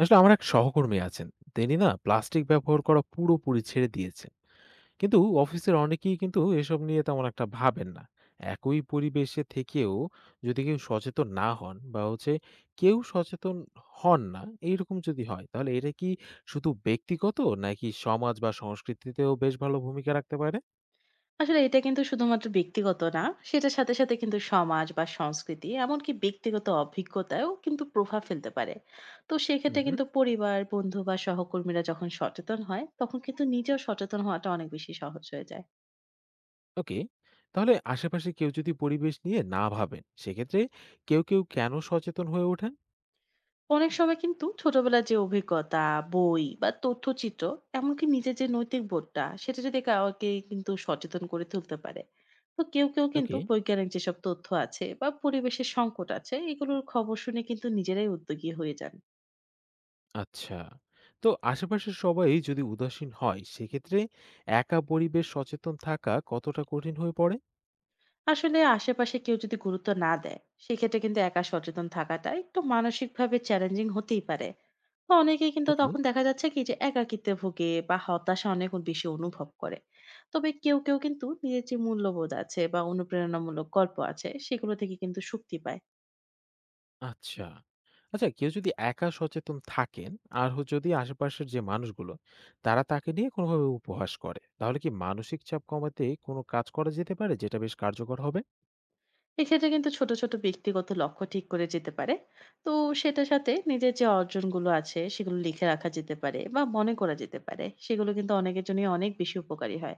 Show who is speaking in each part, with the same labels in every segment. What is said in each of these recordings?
Speaker 1: আসলে আমার এক সহকর্মী আছেন। তিনি না প্লাস্টিক ব্যবহার করা পুরোপুরি ছেড়ে দিয়েছেন, কিন্তু অফিসের অনেকেই কিন্তু এসব নিয়ে তেমন একটা ভাবেন না। একই পরিবেশে থেকেও যদি কেউ সচেতন না হন বা কেউ সচেতন হন না, এইরকম যদি হয় তাহলে এটা কি শুধু ব্যক্তিগত, নাকি সমাজ বা সংস্কৃতিতেও বেশ ভালো ভূমিকা রাখতে পারে?
Speaker 2: আসলে এটা কিন্তু শুধুমাত্র ব্যক্তিগত না, সেটার সাথে কিন্তু সমাজ বা সংস্কৃতি এমনকি ব্যক্তিগত অভিজ্ঞতায়ও কিন্তু প্রভাব ফেলতে পারে। তো সেক্ষেত্রে
Speaker 1: হুম।
Speaker 2: কিন্তু পরিবার, বন্ধু বা সহকর্মীরা যখন সচেতন হয়, তখন কিন্তু নিজেও সচেতন হওয়াটা অনেক বেশি সহজ হয়ে যায়।
Speaker 1: ওকে। তাহলে আশেপাশে কেউ যদি পরিবেশ নিয়ে না ভাবেন, সেক্ষেত্রে কেউ কেউ কেন সচেতন হয়ে ওঠেন?
Speaker 2: অনেক সময় কিন্তু ছোটবেলার যে অভিজ্ঞতা, বই বা তথ্যচিত্র এমনকি নিজের যে নৈতিক বোধটা, সেটা যদি কাউকে কিন্তু সচেতন করে তুলতে পারে। তো কেউ কিন্তু
Speaker 1: ওকে।
Speaker 2: বৈজ্ঞানিক যেসব তথ্য আছে বা পরিবেশের সংকট আছে, এগুলোর খবর শুনে কিন্তু নিজেরাই উদ্যোগী হয়ে যান।
Speaker 1: আচ্ছা। তো আশেপাশের সবাই যদি উদাসীন হয়, সেক্ষেত্রে একা পরিবেশ সচেতন থাকা কতটা কঠিন হয়ে পড়ে?
Speaker 2: আসলে আশেপাশে কেউ যদি গুরুত্ব না দেয় সেক্ষেত্রে কিন্তু একা সচেতন থাকাটা একটু মানসিকভাবে চ্যালেঞ্জিং হতেই পারে। তো অনেকেই কিন্তু
Speaker 1: ওকে।
Speaker 2: তখন দেখা যাচ্ছে কি যে একাকিত্বে ভোগে বা হতাশা অনেক বেশি অনুভব করে। তবে কেউ কেউ কিন্তু নিজের যে মূল্যবোধ আছে বা অনুপ্রেরণামূলক গল্প আছে সেগুলো থেকে কিন্তু শক্তি পায়।
Speaker 1: আচ্ছা। আচ্ছা, কেউ যদি একা সচেতন থাকেন আর যদি আশেপাশের যে মানুষগুলো, তারা তাকে নিয়ে কোনোভাবে উপহাস করে, তাহলে কি মানসিক চাপ কমাতে কোনো কাজ করা যেতে পারে যেটা বেশ কার্যকর হবে?
Speaker 2: এক্ষেত্রে কিন্তু ছোট ছোট ব্যক্তিগত লক্ষ্য ঠিক করে যেতে পারে। তো সেটার সাথে নিজের যে অর্জনগুলো আছে সেগুলো লিখে রাখা যেতে পারে বা মনে করা যেতে পারে, সেগুলো কিন্তু অনেকের জন্য অনেক বেশি উপকারী হয়।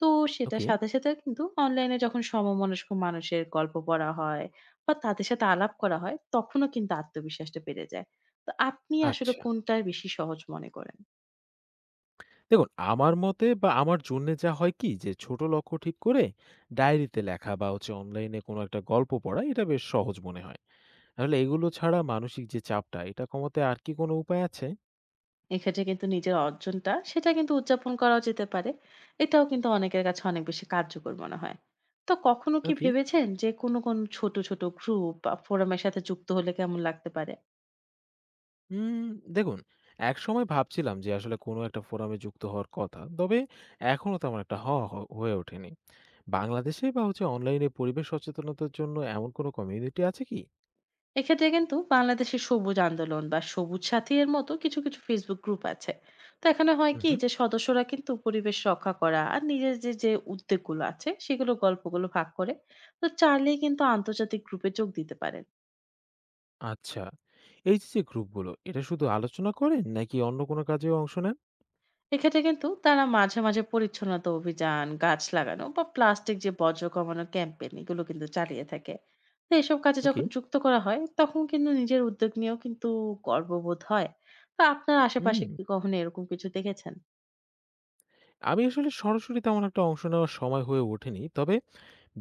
Speaker 2: তো সেটার
Speaker 1: ওকে।
Speaker 2: সাথে, সাথে কিন্তু অনলাইনে যখন সমমনস্ক মানুষের গল্প পড়া হয় বা তাদের সাথে আলাপ করা হয়, তখনও কিন্তু আত্মবিশ্বাসটা বেড়ে যায়। তো আপনি আসলে
Speaker 1: আচ্ছা।
Speaker 2: কোনটার বেশি সহজ মনে করেন?
Speaker 1: দেখুন, আমার মতে বা আমার জন্যে যা হয় কি যে ছোট লক্ষ্য ঠিক করে ডায়েরিতে লেখা বা অনলাইনে কোনো একটা গল্প পড়া, এটা বেশ সহজ মনে হয়। আসলে এগুলো ছাড়া মানসিক যে চাপটা, এটা কমাতে আর কি কোনো উপায় আছে?
Speaker 2: এক্ষেত্রে কিন্তু নিজের অর্জনটা, সেটা কিন্তু উদযাপন করাও যেতে পারে। এটাও কিন্তু অনেকের কাছে অনেক বেশি কার্যকর মনে হয়। তো কখনো কি
Speaker 1: ওকে।
Speaker 2: ভেবেছেন যে কোন ছোট গ্রুপ বা ফোরামের সাথে যুক্ত হলে কেমন লাগতে পারে?
Speaker 1: উম দেখুন, একসময় ভাবছিলাম যে আসলে কোনো একটা ফোরামে যুক্ত হওয়ার কথা। তবে এখনো তেমন একটা হওয়া হয়ে ওঠেনি। বাংলাদেশে বা অনলাইনে পরিবেশ সচেতনতার জন্য এমন কোনো কমিউনিটি আছে কি?
Speaker 2: এক্ষেত্রে কিন্তু বাংলাদেশের সবুজ আন্দোলন বা সবুজ সাথী এর মতো কিছু কিছু ফেসবুক গ্রুপ আছে। তো এখানে হয় কি
Speaker 1: উহুম।
Speaker 2: যে সদস্যরা কিন্তু পরিবেশ রক্ষা করা আর নিজের যে যে উদ্যোগগুলো আছে সেগুলো গল্পগুলো ভাগ করে। তো চাইলেই কিন্তু আন্তর্জাতিক গ্রুপে যোগ দিতে পারেন।
Speaker 1: আচ্ছা। এই যে, যে গ্রুপগুলো, এটা শুধু আলোচনা করেন নাকি অন্য কোনো কাজেও অংশ নেন?
Speaker 2: এক্ষেত্রে কিন্তু তারা মাঝে মাঝে পরিচ্ছন্নতা অভিযান, গাছ লাগানো বা প্লাস্টিক যে বর্জ্য কমানোর ক্যাম্পেইন এগুলো কিন্তু চালিয়ে থাকে। তো এসব কাজে
Speaker 1: ওকে।
Speaker 2: যখন যুক্ত করা হয় তখন কিন্তু নিজের উদ্যোগ নিয়েও কিন্তু গর্ববোধ হয়। তো আপনার
Speaker 1: হুম।
Speaker 2: আশেপাশে কি কখনো এরকম কিছু দেখেছেন?
Speaker 1: আমি আসলে সরাসরি তেমন একটা অংশ নেওয়ার সময় হয়ে ওঠেনি। তবে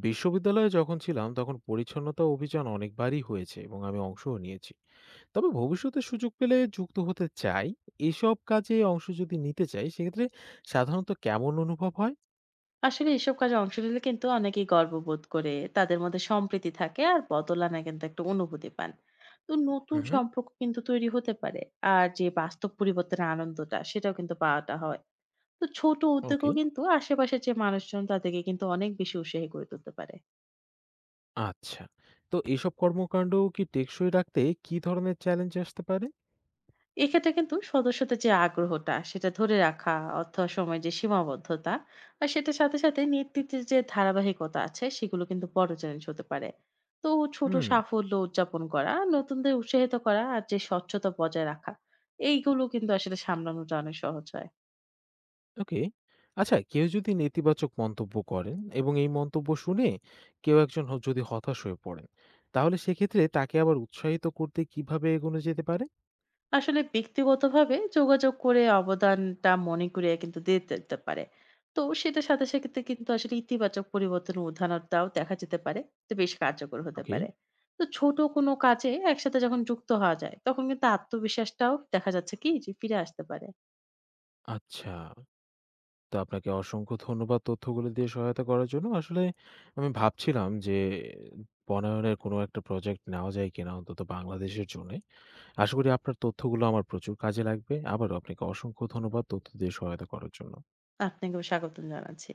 Speaker 1: বিশ্ববিদ্যালয়ে যখন ছিলাম তখন পরিচ্ছন্নতা অভিযান অনেকবারই হয়েছে এবং আমি অংশও নিয়েছি। তবে ভবিষ্যতে সুযোগ পেলে যুক্ত হতে চাই। এসব কাজে অংশ যদি নিতে চাই সেক্ষেত্রে সাধারণত কেমন অনুভব হয়?
Speaker 2: আসলে এসব কাজে অংশ নিলে কিন্তু অনেকেই গর্ববোধ করে, তাদের মধ্যে সম্প্রীতি থাকে আর বদল আনা কিন্তু একটা অনুভূতি পান। তো নতুন
Speaker 1: হুম।
Speaker 2: সম্পর্ক কিন্তু তৈরি হতে পারে। আর যে বাস্তব পরিবর্তনের আনন্দটা সেটাও কিন্তু পাওয়াটা হয়। তো ছোট উদ্যোগও
Speaker 1: ওকে।
Speaker 2: কিন্তু আশেপাশের যে মানুষজন তাদেরকে কিন্তু অনেক বেশি উৎসাহী করে তুলতে পারে।
Speaker 1: আচ্ছা। তো এসব কর্মকাণ্ড কি টেকসই রাখতে কি ধরনের চ্যালেঞ্জ আসতে পারে?
Speaker 2: এক্ষেত্রে কিন্তু সদস্যদের যে আগ্রহটা সেটা ধরে রাখা, অর্থ আর সময়ের যে সীমাবদ্ধতা আর সেটার সাথে সাথে নেতৃত্বের যে ধারাবাহিকতা আছে সেগুলো কিন্তু বড় চ্যালেঞ্জ হতে পারে। তো ছোট
Speaker 1: হুম।
Speaker 2: সাফল্য উদযাপন করা, নতুনদের উৎসাহিত করা আর যে স্বচ্ছতা বজায় রাখা, এইগুলো কিন্তু আসলে সামলানোটা অনেক সহজ হয়।
Speaker 1: ওকে। আচ্ছা, কেউ যদি নেতিবাচক মন্তব্য করেন এবং এই মন্তব্য শুনে কেউ একজন যদি হতাশ হয়ে পড়েন, তাহলে সেক্ষেত্রে তাকে আবার উৎসাহিত করতে কিভাবে এগোনো যেতে পারে?
Speaker 2: আসলে ব্যক্তিগতভাবে যোগাযোগ করে অবদানটা মনে করিয়ে কিন্তু দিয়ে দিতে পারে। তো সেটার সাথে সাথে কিন্তু আসলে ইতিবাচক পরিবর্তনের উদাহরণটাও দেখা যেতে পারে। তো বেশ কার্যকর হতে
Speaker 1: ওকে।
Speaker 2: পারে। তো ছোট কোনো কাজে একসাথে যখন যুক্ত হওয়া যায়, তখন কিন্তু আত্মবিশ্বাসটাও দেখা যাচ্ছে কি যে ফিরে আসতে পারে।
Speaker 1: আচ্ছা। তো আপনাকে অসংখ্য ধন্যবাদ তথ্যগুলো দিয়ে সহায়তা করার জন্য। আসলে আমি ভাবছিলাম যে বনায়নের কোনো একটা প্রজেক্ট নেওয়া যায় কিনা অন্তত বাংলাদেশের জন্যে। আশা করি আপনার তথ্যগুলো আমার প্রচুর কাজে লাগবে। আবারও আপনাকে অসংখ্য ধন্যবাদ তথ্য দিয়ে সহায়তা করার জন্য।
Speaker 2: আপনাকেও স্বাগতম জানাচ্ছি।